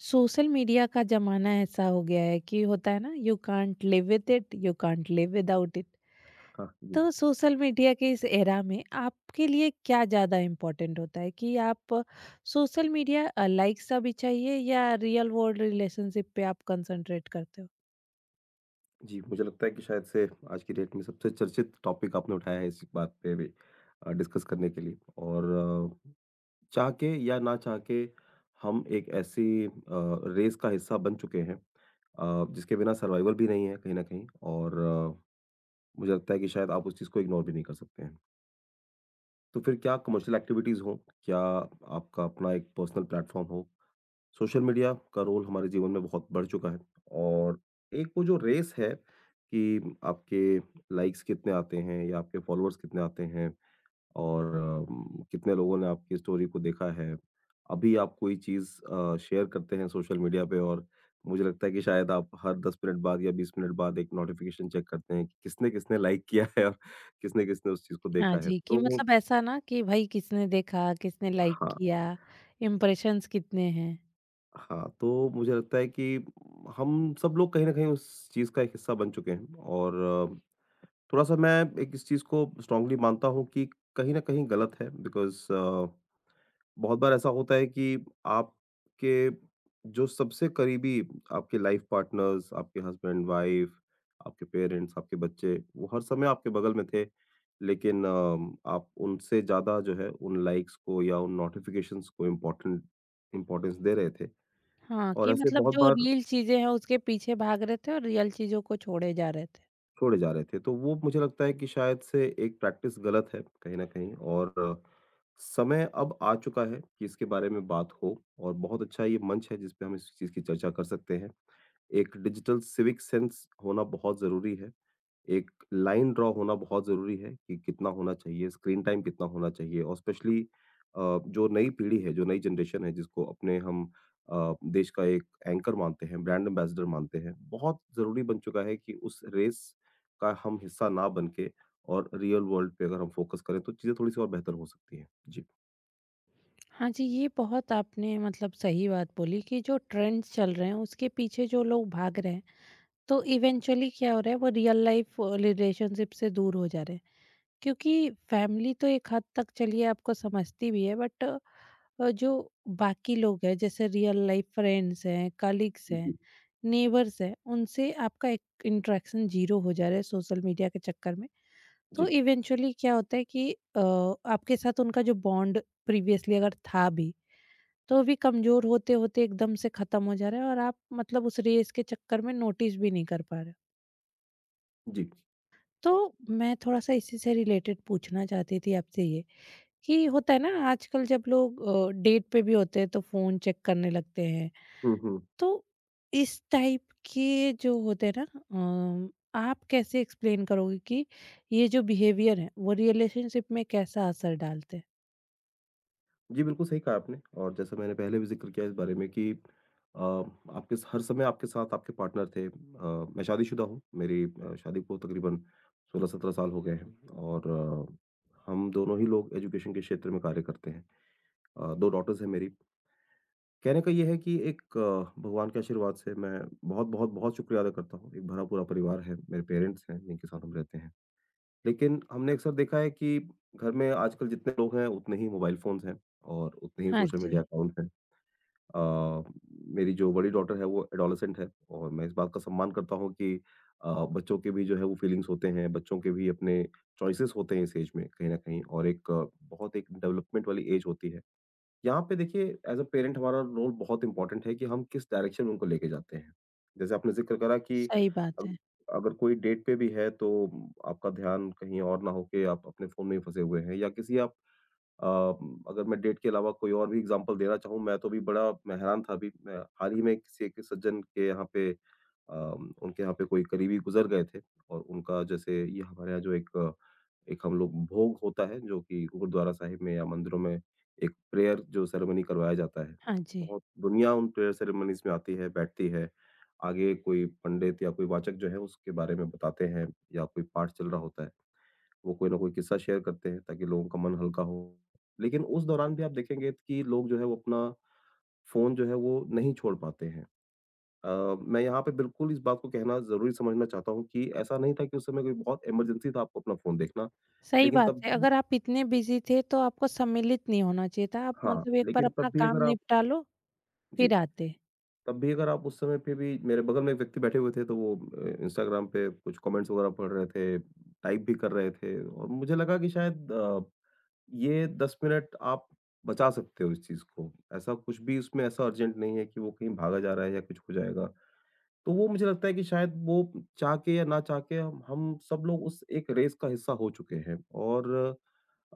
Social media का जमाना ऐसा हो गया है कि होता है ना you can't live with it, you can't live without it. हाँ जी। तो सोशल मीडिया के इस एरा में आपके लिए क्या ज्यादा इम्पोर्टेंट होता है कि आप सोशल मीडिया लाइक सा भी चाहिए या रियल वर्ल्ड रिलेशनशिप पे आप कंसंट्रेट करते हो। जी, मुझे लगता है कि शायद से आज की डेट में सबसे चर्चित टॉपिक आपने उठाया है इस बात पे भी डिस्कस करने के लिए और अ, चाह के या ना चाह के हम एक ऐसी रेस का हिस्सा बन चुके हैं जिसके बिना सर्वाइवल भी नहीं है कहीं न कहीं और मुझे लगता है कि शायद आप उस चीज़ को इग्नोर भी नहीं कर सकते हैं। तो फिर क्या कमर्शियल एक्टिविटीज़ हों, क्या आपका अपना एक पर्सनल प्लेटफ़ॉर्म हो। सोशल मीडिया का रोल हमारे जीवन में बहुत बढ़ चुका है, और एक वो जो रेस है कि आपके लाइक्स कितने आते हैं या आपके फॉलोअर्स कितने आते हैं और कितने लोगों ने आपकी स्टोरी को देखा है। अभी आप कोई चीज़ शेयर करते हैं सोशल मीडिया पे और मुझे लगता है कि शायद आप हर 10 मिनट बाद या 20 मिनट बाद एक नोटिफिकेशन चेक करते हैं कि किसने किसने लाइक किया है और किसने किसने उस चीज़ को हाँ देखा है। जी कि तो मतलब ऐसा ना कि भाई किसने देखा किसने लाइक हाँ किया, इम्प्रेशंस कितने हैं। हाँ, तो मुझे लगता है कि हम सब लोग कहीं न कहीं उस चीज़ का एक हिस्सा बन चुके हैं, और थोड़ा-सा मैं एक इस चीज़ को स्ट्रॉन्गली मानता हूँ कि कहीं न कहीं गलत है बिकॉज़ बहुत बार ऐसा होता है कि आपके जो सबसे करीबी आपके लाइफ़ पार्टनर्स, आपके हस्बैंड-वाइफ़, आपके पेरेंट्स, आपके बच्चे, वो हर समय आपके बगल में थे। लेकिन आप उनसे ज़्यादा जो है उन लाइक्स को या उन नोटिफ़िकेशंस को इम्पोर्टेंट इम्पोर्टेंस दे रहे थे। हाँ और कि ऐसे मतलब बहुत जो बार रियल चीजें हैं उसके पीछे भाग रहे थे और रियल चीजों को छोड़े जा रहे थे। छोड़े जा रहे थे, तो वो मुझे लगता है कि शायद से एक प्रैक्टिस गलत है कहीं न कहीं, और समय अब आ चुका है कि इसके बारे में बात हो और बहुत अच्छा ये मंच है जिस पे हम इस चीज़ की चर्चा कर सकते हैं। एक डिजिटल सिविक सेंस होना बहुत ज़रूरी है। एक लाइन ड्रा होना बहुत ज़रूरी है कि कितना होना चाहिए, स्क्रीन टाइम कितना होना चाहिए, और स्पेशली जो नई पीढ़ी है, जो नई जनरेशन है जिसको अपने हम देश का एक एंकर मानते हैं, ब्रांड एम्बेसडर मानते हैं, बहुत ज़रूरी बन चुका है कि उस रेस का हम हिस्सा ना बन के और रियल वर्ल्ड पे अगर हम फोकस करें तो चीज़ें थोड़ी-सी और बेहतर हो सकती हैं। जी। हाँ जी, ये बहुत आपने मतलब सही बात बोली कि जो ट्रेंड्स चल रहे हैं उसके पीछे जो लोग भाग रहे हैं, तो इवेंचुअली क्या हो रहा है वो रियल लाइफ रिलेशनशिप से दूर हो जा रहे हैं। क्योंकि फैमिली तो एक हद तक चलिए आपको समझती भी है बट जो बाकी लोग हैं जैसे रियल लाइफ फ्रेंड्स हैं, कलीग्स हैं, जी, नेबर्स हैं, उनसे आपका एक इंटरेक्शन ज़ीरो हो जा रहा है सोशल मीडिया के चक्कर में। जी, तो इवेंचुअली क्या होता है कि आपके साथ उनका जो बॉन्ड प्रीवियसली अगर था भी तो भी कमज़ोर होते-होते एकदम से ख़त्म हो जा रहा है और आप मतलब उस रेस के चक्कर में नोटिस भी नहीं कर पा रहे हो। जी। तो मैं थोड़ा-सा इसी से रिलेटेड पूछना चाहती थी आपसे ये कि होता है ना आजकल जब लोग डेट पे भी होते हैं तो फ़ोन चेक करने लगते हैं। हुँ, हुँ। तो इस टाइप के जो होते हैं ना, आप कैसे एक्सप्लेन करोगे कि ये जो बिहेवियर है वो रिलेशनशिप में कैसा असर डालते हैं? जी, बिल्कुल सही कहा आपने, और जैसा मैंने पहले भी ज़िक्र किया इस बारे में कि आपके स हर समय आपके साथ आपके पार्टनर थे। मैं शादीशुदा हूँ, मेरी शादी को तकरीबन 16-17 साल हो गए हैं, और हम दोनों ही लोग एजुकेशन के क्षेत्र में कार्य करते हैं। 2 डॉटर्स हैं मेरी। कहने का ये है कि एक भगवान के आशीर्वाद से मैं बहुत-बहुत बहुत बहुत शुक्रिया अदा करता हूँ। एक भरा-पूरा परिवार है, मेरे पेरेंट्स हैं जिनके साथ हम रहते हैं। लेकिन हमने अक्सर देखा है कि घर में आजकल जितने लोग हैं उतने ही मोबाइल फ़ोन्स हैं और उतने ही हाँ सोशल मीडिया जी, अकाउंट्स हैं। अ, मेरी जो बड़ी डॉटर है वो एडोलेसेंट है, और मैं इस बात का सम्मान करता हूँ कि बच्चों के भी जो है वो फीलिंग्स होते हैं, बच्चों के भी अपने चॉइसेस होते हैं इस एज में कहीं न कहीं, और एक बहुत एक डेवलपमेंट वाली एज होती है। यहाँ पे देखिए एज़ अ पेरेंट हमारा रोल बहुत इम्पोर्टेंट है कि हम किस डायरेक्शन में उनको लेके जाते हैं। जैसे आपने ज़िक्र करा कि सही बात अग है। अगर कोई डेट पे भी है तो आपका ध्यान कहीं और ना हो के आप अपने फ़ोन में ही फँसे हुए हैं या अ, अगर मैं डेट के अलावा कोई और भी एग्ज़ाम्पल देना चाहूँ, मैं तो अभी बड़ा मैं हैरान था, अभी मैं हाल ही में किसी एक सज्जन के यहाँ पे उनके यहाँ पे कोई करीबी गुज़र गए थे, और उनका जैसे ये हमारे यहाँ जो एक एक हम लोग भोग होता है, जो कि गुरुद्वारा साहिब में या मंदिरों में एक प्रेयर जो सेरेमनी करवाया जाता है। हाँ जी। बहुत दुनिया उन प्रेयर सेरेमनीज़ में आती है, बैठती है। आगे कोई पंडित या कोई वाचक जो है उसके बारे में बताते हैं या कोई पाठ चल रहा होता है। वो कोई ना कोई किस्सा शेयर करते हैं ताकि लोगों का मन हल्का हो। लेकिन उस दौरान भी आप देखेंगे कि लोग जो है वो अपना फ़ोन जो है वो नहीं छोड़ पाते हैं। अ, मैं यहाँ पे बिल्कुल इस बात को कहना ज़रूरी समझना चाहता हूँ कि ऐसा नहीं था कि उस समय कोई बहुत इमरजेंसी था आपको अपना फ़ोन देखना। सही लेकिन बात तब है, भी- अगर आप इतने बिज़ी थे तो आपको सम्मिलित नहीं होना चाहिए था, आप हाँ, मतलब एक बार लेकिन तब अपना भी काम अगर आप निपटा लो, जी, फिर आते। तब भी अगर आप उस समय पे भी मेरे बगल में एक व्यक्ति बैठे हुए थे तो वो इंस्टाग्राम पे कुछ कमेंट्स वगैरह पढ़ रहे थे, टाइप भी कर रहे थे, और मुझे लगा कि शायद ये 10 मिनट आप बचा सकते हो इस चीज़ को। ऐसा कुछ भी उसमें ऐसा अर्जेंट नहीं है कि वो कहीं भागा जा रहा है या कुछ हो जाएगा। तो वो मुझे लगता है कि शायद वो चाह के या ना चाह के हम सब लोग उस एक रेस का हिस्सा हो चुके हैं, और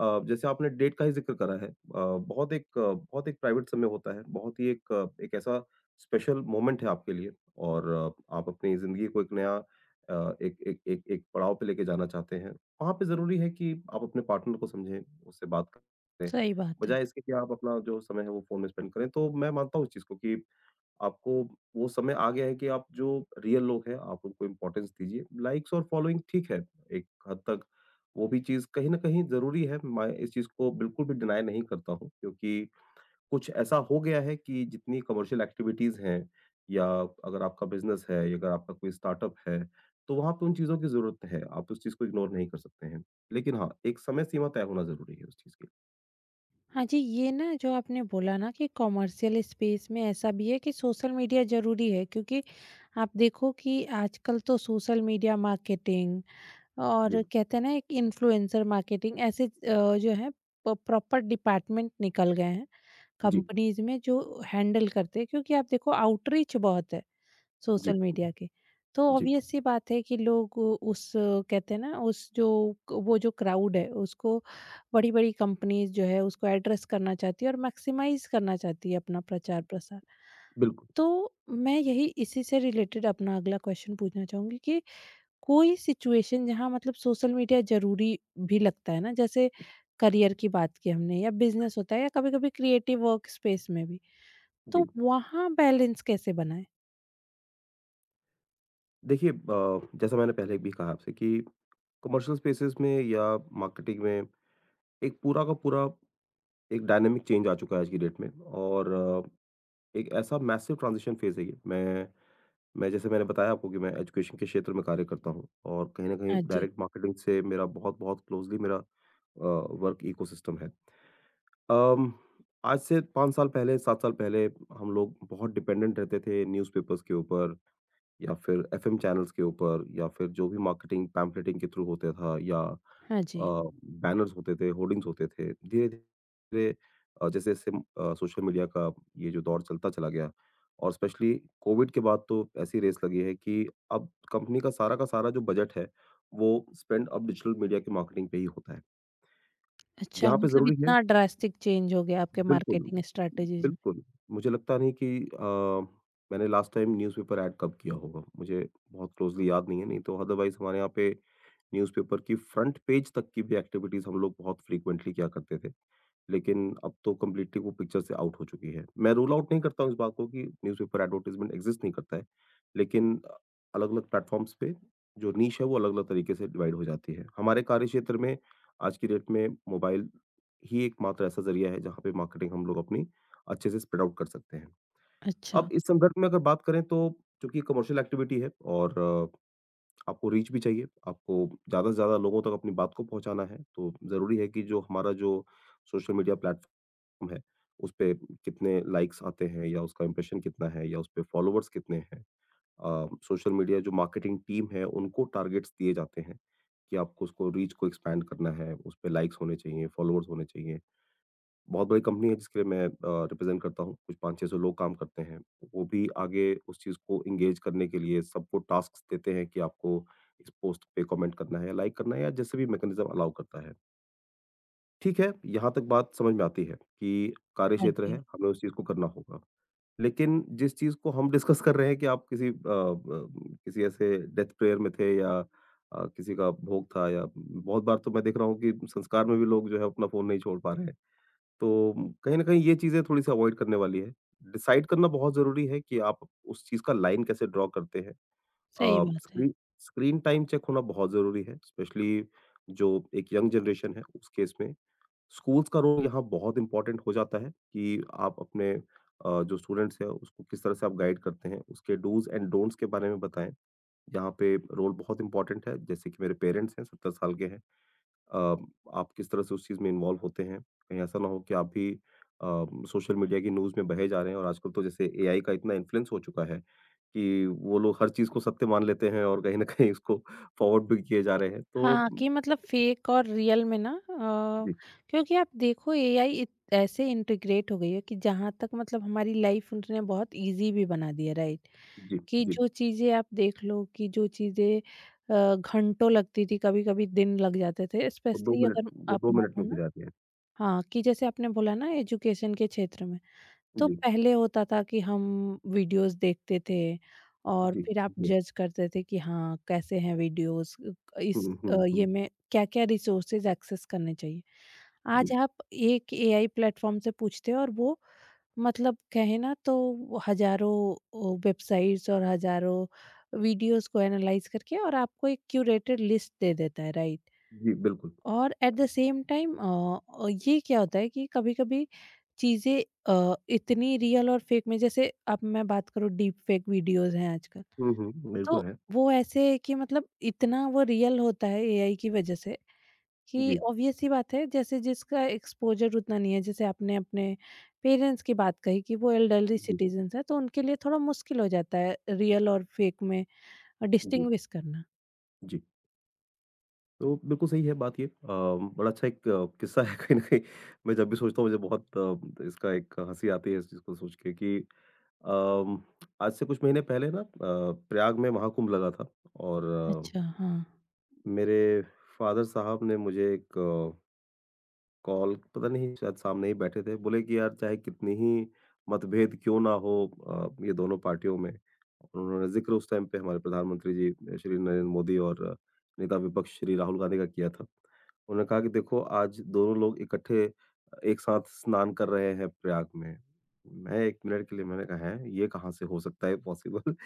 जैसे आपने डेट का ही ज़िक्र करा है बहुत एक प्राइवेट समय होता है, बहुत ही एक एक ऐसा स्पेशल मोमेंट है आपके लिए, और आप अपनी ज़िंदगी को एक नया एक एक एक एक पड़ाव पे लेके जाना चाहते हैं। वहाँ पे ज़रूरी है कि आप अपने पार्टनर को समझें, उससे बात करें, सही बात है। बजाय इसके कि आप अपना जो समय है वो फ़ोन में स्पेंड करें। तो मैं मानता हूँ इस चीज़ को कि आपको वो समय आ गया है कि आप जो रियल लोग हैं आप उनको इम्पोर्टेंस दीजिए। लाइक्स और फॉलोइंग ठीक है, एक हद तक वो भी चीज़ कहीं न कहीं ज़रूरी है। मैं इस चीज़ को बिल्कुल भी डिनाय नहीं करता हूँ क्योंकि कुछ ऐसा हो गया है कि जितनी कमर्शियल एक्टिविटीज़ हैं या अगर आपका बिज़नेस है या अगर आपका कोई स्टार्टअप है, तो वहाँ पे उन चीज़ों की ज़रूरत है। आप उस चीज़ को इग्नोर नहीं कर सकते हैं। लेकिन हाँ, एक समय सीमा तय होना ज़रूरी है उस चीज़ की। हाँ जी, ये ना जो आपने बोला ना कि कॉमर्शियल स्पेस में ऐसा भी है कि सोशल मीडिया ज़रूरी है क्योंकि आप देखो कि आजकल तो सोशल मीडिया मार्केटिंग जी, और कहते हैं ना एक इन्फ्लुएंसर मार्केटिंग ऐसे जो है प प्रॉपर डिपार्टमेंट निकल गए हैं जी, कंपनीज़ में जो हैंडल करते हैं क्योंकि आप देखो आउटरीच बहुत है जी, सोशल मीडिया के। तो जी, ऑब्वियस सी बात है कि लोग उस कहते हैं ना उस जो वो जो क्राउड है उसको बड़ी-बड़ी कंपनीज़ जो है उसको एड्रेस करना चाहती है और मैक्सिमाइज़ करना चाहती है अपना प्रचार-प्रसार। बिल्कुल, तो मैं यही इसी से रिलेटेड अपना अगला क्वेश्चन पूछना चाहूँगी कि कोई सिचुएशन जहाँ मतलब सोशल मीडिया ज़रूरी भी लगता है ना, जैसे करियर की बात की हमने या बिज़नेस होता है या कभी-कभी क्रिएटिव वर्क स्पेस में भी, तो जी। वहाँ बैलेंस कैसे बनाएँ? देखिए जैसा मैंने पहले भी कहा आपसे कि कमर्शियल स्पेसेस में या मार्केटिंग में एक पूरा का पूरा एक डायनामिक चेंज आ चुका है आज की डेट में, और एक ऐसा मैसिव ट्रांजिशन फेज़ है ये। मैं जैसे मैंने बताया आपको कि मैं एजुकेशन के क्षेत्र में कार्य करता हूँ और कहीं न कहीं हाँ जी। डायरेक्ट मार्केटिंग से मेरा बहुत-बहुत क्लोज़ली मेरा वर्क इकोसिस्टम है। अम, आज से 5 साल पहले, 7 साल पहले हम लोग बहुत डिपेंडेंट रहते थे न्यूज़पेपर्स के ऊपर या फिर एफ़एम चैनल्स के ऊपर या फिर जो भी मार्केटिंग पैम्फलेटिंग के थ्रू होता था या हाँ जी। अ, बैनर्स होते थे, होर्डिंग्स होते थे। धीरे-धीरे जैसे-जैसे सोशल मीडिया का ये जो दौर चलता चला गया और स्पेशली कोविड के बाद तो ऐसी रेस लगी है कि अब कंपनी का सारा जो बजट है, वो स्पेंड अब डिजिटल मीडिया की मार्केटिंग पे ही होता है। अच्छा, यहाँ पे मतलब ज़रूरी है इतना ड्रास्टिक चेंज हो गया आपके बिल्कुल, मार्केटिंग स्ट्रैटेजीज़ में। बिल्कुल। मुझे लगता नहीं कि मैंने लास्ट टाइम न्यूज़पेपर ऐड कब किया होगा, मुझे बहुत क्लोज़ली याद नहीं है, नहीं तो अदरवाइज़ हमारे यहाँ पे न्यूज़पेपर की फ्रंट पेज तक की भी एक्टिविटीज़ हम लोग बहुत फ्रीक्वेंटली किया करते थे। लेकिन अब तो कंप्लीटली वो पिक्चर से आउट हो चुकी है। मैं रूल आउट नहीं करता हूँ इस बात को कि न्यूज़पेपर एडवर्टाइज़मेंट एग्ज़िस्ट नहीं करता है, लेकिन अलग-अलग प्लेटफ़ॉर्म्स पे जो नीश है वो अलग-अलग तरीके से डिवाइड हो जाती है। हमारे कार्यक्षेत्र में आज की डेट में मोबाइल ही एकमात्र ऐसा ज़रिया है जहाँ पे मार्केटिंग हम लोग अपनी अच्छे से स्प्रेड आउट कर सकते हैं। अच्छा, अब इस संदर्भ में अगर बात करें तो चूँकि कमर्शियल एक्टिविटी है और आपको रीच भी चाहिए, आपको ज़्यादा से ज़्यादा लोगों तक अपनी बात को पहुँचाना है, तो ज़रूरी है कि जो हमारा जो सोशल मीडिया प्लेटफ़ॉर्म है, उसपे कितने लाइक्स आते हैं या उसका इम्प्रेशन कितना है या उसपे फ़ॉलोवर्स कितने हैं। सोशल मीडिया जो मार्केटिंग टीम है, उनको टारगेट्स दिए जाते हैं कि आपको उसको रीच को एक्सपैंड करना है, उसपे लाइक्स होने चाहिए, फ़ॉलोवर्स होने चाहिए। बहुत बड़ी कंपनी है जिसके लिए मैं रिप्रेज़ेंट करता हूँ, कुछ 5-600 लोग काम करते हैं। वो भी आगे उस चीज़ को एंगेज करने के लिए सबको टास्क्स देते हैं कि आपको इस पोस्ट पे कमेंट करना है, लाइक करना है या जैसे भी मैकेनिज़्म अलाउ करता है। ठीक है, यहाँ तक बात समझ में आती है कि हाँ कार्यक्षेत्र है, जी, हमें उस चीज़ को करना होगा। लेकिन जिस चीज़ को हम डिस्कस कर रहे हैं कि आप किसी अ, ब किसी ऐसे डेथ प्रेयर में थे या किसी का भोग था या बहुत बार तो मैं देख रहा हूँ कि संस्कार में भी लोग जो है अपना फ़ोन नहीं छोड़ पा रहे हैं। तो कहीं न कहीं ये चीज़ें थोड़ी-सी अवॉइड करने वाली है। डिसाइड करना बहुत ज़रूरी है कि आप उस चीज़ का लाइन कैसे ड्रा करते हैं। सही अ, बात है। स्क्रीन स्क्रीन टाइम चेक होना बहुत ज़रूरी है, स्पेशली जो एक यंग जनरेशन है, उस केस में। स्कूल्स का रोल यहाँ बहुत इम्पोर्टेंट हो जाता है कि आप अपने जो स्टूडेंट्स हैं, उसको किस तरह से आप गाइड करते हैं, उसके डूज़ एंड डोंट्स के बारे में बताएँ। यहाँ पे रोल बहुत इम्पोर्टेंट है, जैसे कि मेरे पेरेंट्स हैं, 70 साल के हैं। अ, आप किस तरह से उस चीज़ में इन्वॉल्व होते हैं? कहीं ऐसा ना हो कि आप भी अ, सोशल मीडिया की न्यूज़ में बहे जा रहे हैं और आजकल तो जैसे एआई का इतना इन्फ्लुएंस हो चुका है कि वो लोग हर चीज़ को सत्य मान लेते हैं और कहीं न कहीं उसको फॉरवर्ड भी किए जा रहे हैं। तो हाँ, कि मतलब फेक और रियल में ना, जी, क्योंकि आप देखो एआई इत ऐसे इंटीग्रेट हो गई है कि जहाँ तक मतलब हमारी लाइफ़ उसने बहुत ईज़ी भी बना दी है, राइट? जी, कि जी। जो चीज़ें आप देख लो कि जो चीज़ें घंटों लगती थी, कभी-कभी दिन लग जाते थे, वो 2 स्पेशली मिनट अगर वो आप 2 मिनट मानो में हो ना। जाते हैं। हाँ, कि जैसे आपने बोला ना एजुकेशन के क्षेत्र में। तो जी, पहले होता था कि हम वीडियोस देखते थे और जी, फिर आप जी। जज करते थे कि हाँ कैसे हैं वीडियोस, हुँ, हुँ, ये हुँ। में क्या-क्या रिसोर्सेज एक्सेस करने चाहिए। आज जी, आप एक एआई प्लेटफॉर्म से पूछते हो और वो मतलब कहें ना तो वो हज़ारों वेबसाइट्स और हज़ारों वीडियोस को एनालाइज़ करके और आपको एक क्यूरेटेड लिस्ट दे देता है, राइट? जी, बिल्कुल। और एट द सेम टाइम ये क्या होता है कि कभी-कभी चीज़ें इतनी रियल और फेक में जैसे अब मैं बात करूँ डीप फेक वीडियोज़ हैं आजकल, हुँ, हुँ, बिल्कुल तो है। वो ऐसे है कि मतलब इतना वो रियल होता है एआई की वजह से कि जी, ऑब्वियस सी बात है जैसे जिसका एक्सपोज़र उतना नहीं है, जैसे आपने अपने पेरेंट्स की बात कही कि वो एल्डरली जी, सिटीज़न्स हैं, तो उनके लिए थोड़ा मुश्किल हो जाता है रियल और फेक में जी, डिस्टिंग्विश करना। जी। तो बिल्कुल सही है बात ये। बड़ा अच्छा एक किस्सा है कहीं न कहीं मैं जब भी सोचता हूँ मुझे बहुत इसका एक हँसी आती है इस चीज़ को सोच के कि अम, आज से कुछ महीने पहले ना प्रयाग में महाकुंभ लगा था और अ, अच्छा, हाँ। मेरे फ़ादर साहब ने मुझे एक कॉल पता नहीं शायद सामने ही बैठे थे, बोले कि यार चाहे कितनी ही मतभेद क्यों ना हो ये दोनों पार्टियों में। और उन्होंने ज़िक्र उस टाइम पे हमारे प्रधानमंत्री जी श्री नरेंद्र मोदी और नेता विपक्ष श्री राहुल गांधी का किया था। उन्होंने कहा कि देखो आज दोनों लोग इकट्ठे एक साथ स्नान कर रहे हैं प्रयाग में। मैं 1 मिनट के लिए मैंने कहा हैं ये कहाँ से हो सकता है पॉसिबल?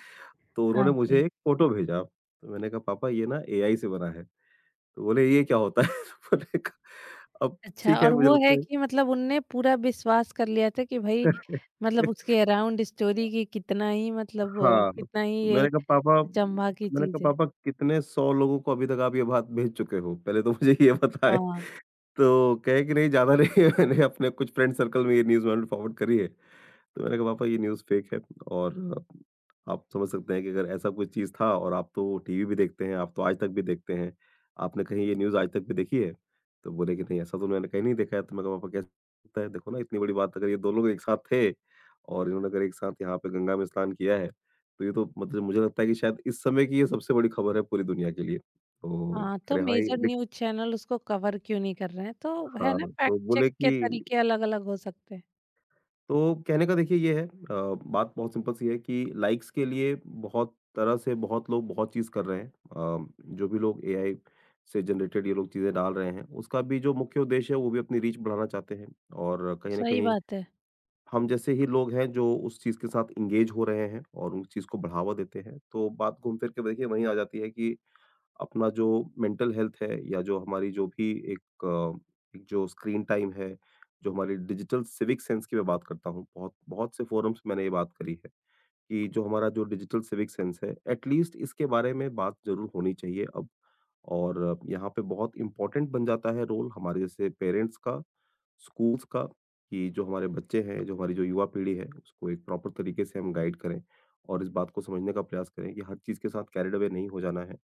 तो हाँ उन्होंने मुझे जी। एक फ़ोटो भेजा। तो मैंने कहा पापा ये ना एआई से बना है। तो बोले ये क्या होता है? मैंने कहा अब अच्छा, ठीक है और मुझे वो लगता है है। कि मतलब उनने पूरा विश्वास कर लिया था कि भई मतलब उसके अराउंड स्टोरी की कितना ही मतलब हाँ, कितना ही तो ये मैंने कहा पापा अचंभा की मैंने कहा चीज़ है। पापा कितने 100 लोगों को अभी तक आप ये बात भेज चुके हो? पहले तो मुझे ये बताएँ। हाँ, तो कहे कि नहीं ज़्यादा नहीं है, मैंने अपने कुछ फ्रेंड सर्कल में ये न्यूज़ मैंने फॉरवर्ड करी है। तो मैंने कहा पापा ये न्यूज़ फ़ेक है और आप समझ सकते हैं कि अगर ऐसा कोई चीज़ था और आप तो टीवी भी देखते हैं, आप तो आज तक भी देखते हैं, आपने कहीं ये न्यूज़ आज तक भी देखी है? तो बोले कि नहीं ऐसा तो मैंने कहीं नहीं देखा है। तो मैंने कहा पापा कैसे हो सकता है? देखो ना इतनी बड़ी बात, अगर ये 2 लोग एक साथ थे और इन्होंने अगर एक साथ यहाँ पे गंगा में स्नान किया है, तो ये तो मतलब मुझे लगता है कि शायद इस समय की ये सबसे बड़ी खबर है पूरी दुनिया के लिए। तो हाँ, कह तो रहे हाँ, ये मेजर देख। न्यूज़ चैनल उसको कवर क्यों नहीं कर रहे हैं, तो है हाँ, ना तो फैक्ट चेक बोले के कि तरीके अलग-अलग हो सकते हैं। तो कहने का देखिए ये है बात बहुत सिंपल सी है कि लाइक्स के लिए बहुत तरह से बहुत लोग बहुत चीज़ कर रहे हैं, जो भी लोग एआई से जनरेटेड ये लोग चीज़ें डाल रहे हैं उसका भी जो मुख्य उद्देश्य है वो भी अपनी रीच बढ़ाना चाहते हैं और कहीं ना सही कहीं बात है। हम जैसे ही लोग हैं जो उस चीज़ के साथ इंगेज हो रहे हैं और उस चीज़ को बढ़ावा देते हैं, तो बात घूम फिर के देखिए वहीं आ जाती है कि अपना जो मेंटल हेल्थ है या जो हमारी जो भी एक जो स्क्रीन टाइम है, जो हमारी डिजिटल सिविक सेंस की मैं बात करता हूँ, बहुत बहुत से फोरम्स मैंने ये बात करी है। कि जो हमारा जो डिजिटल सिविक सेंस है, एटलीस्ट इसके बारे में बात ज़रूर होनी चाहिए अब। और यहाँ पे बहुत इम्पोर्टेंट बन जाता है रोल हमारे जैसे पेरेंट्स का, स्कूल्स का, कि जो हमारे बच्चे हैं, जो हमारी जो युवा पीढ़ी है, उसको एक प्रॉपर तरीके से हम गाइड करें और इस बात को समझने का प्रयास करें कि हर चीज़ के साथ कैरिड अवे नहीं हो जाना है।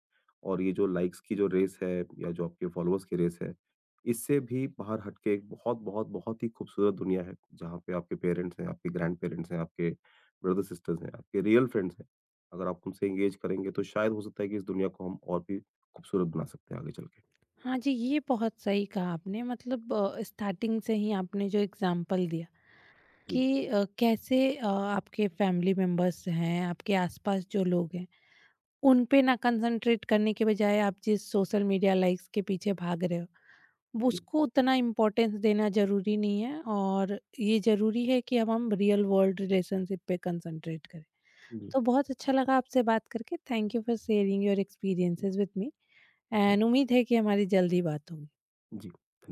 और ये जो लाइक्स की जो रेस है या जो आपके फॉलोअर्स की रेस है, इससे भी बाहर हट के एक बहुत-बहुत, बहुत बहुत ही खूबसूरत दुनिया है, जहाँ पे आपके पेरेंट्स हैं, आपके ग्रैंड पेरेंट्स हैं, आपके ब्रदर सिस्टर्स हैं, आपके रियल फ्रेंड्स हैं। अगर आप उनसे एंगेज करेंगे तो शायद हो सकता है कि इस दुनिया को हम और भी खूबसूरत बना सकते हैं आगे चल के। हाँ जी, ये बहुत सही कहा आपने मतलब स्टार्टिंग से ही आपने जो एग्ज़ाम्पल दिया जी, कि कैसे आपके फैमिली मेंबर्स हैं, आपके आसपास जो लोग हैं उन पे ना कंसंट्रेट करने के बजाय आप जिस सोशल मीडिया लाइक्स के पीछे भाग रहे हो वो जी, उसको उतना इम्पोर्टेंस देना ज़रूरी नहीं है और ये ज़रूरी है कि अब हम रियल वर्ल्ड रिलेशनशिप पे कंसंट्रेट करें। जी, तो बहुत अच्छा लगा आपसे बात करके। Thank you for sharing your experiences with me and thank उम्मीद है कि हमारी जल्दी बात होगी। यू। जी।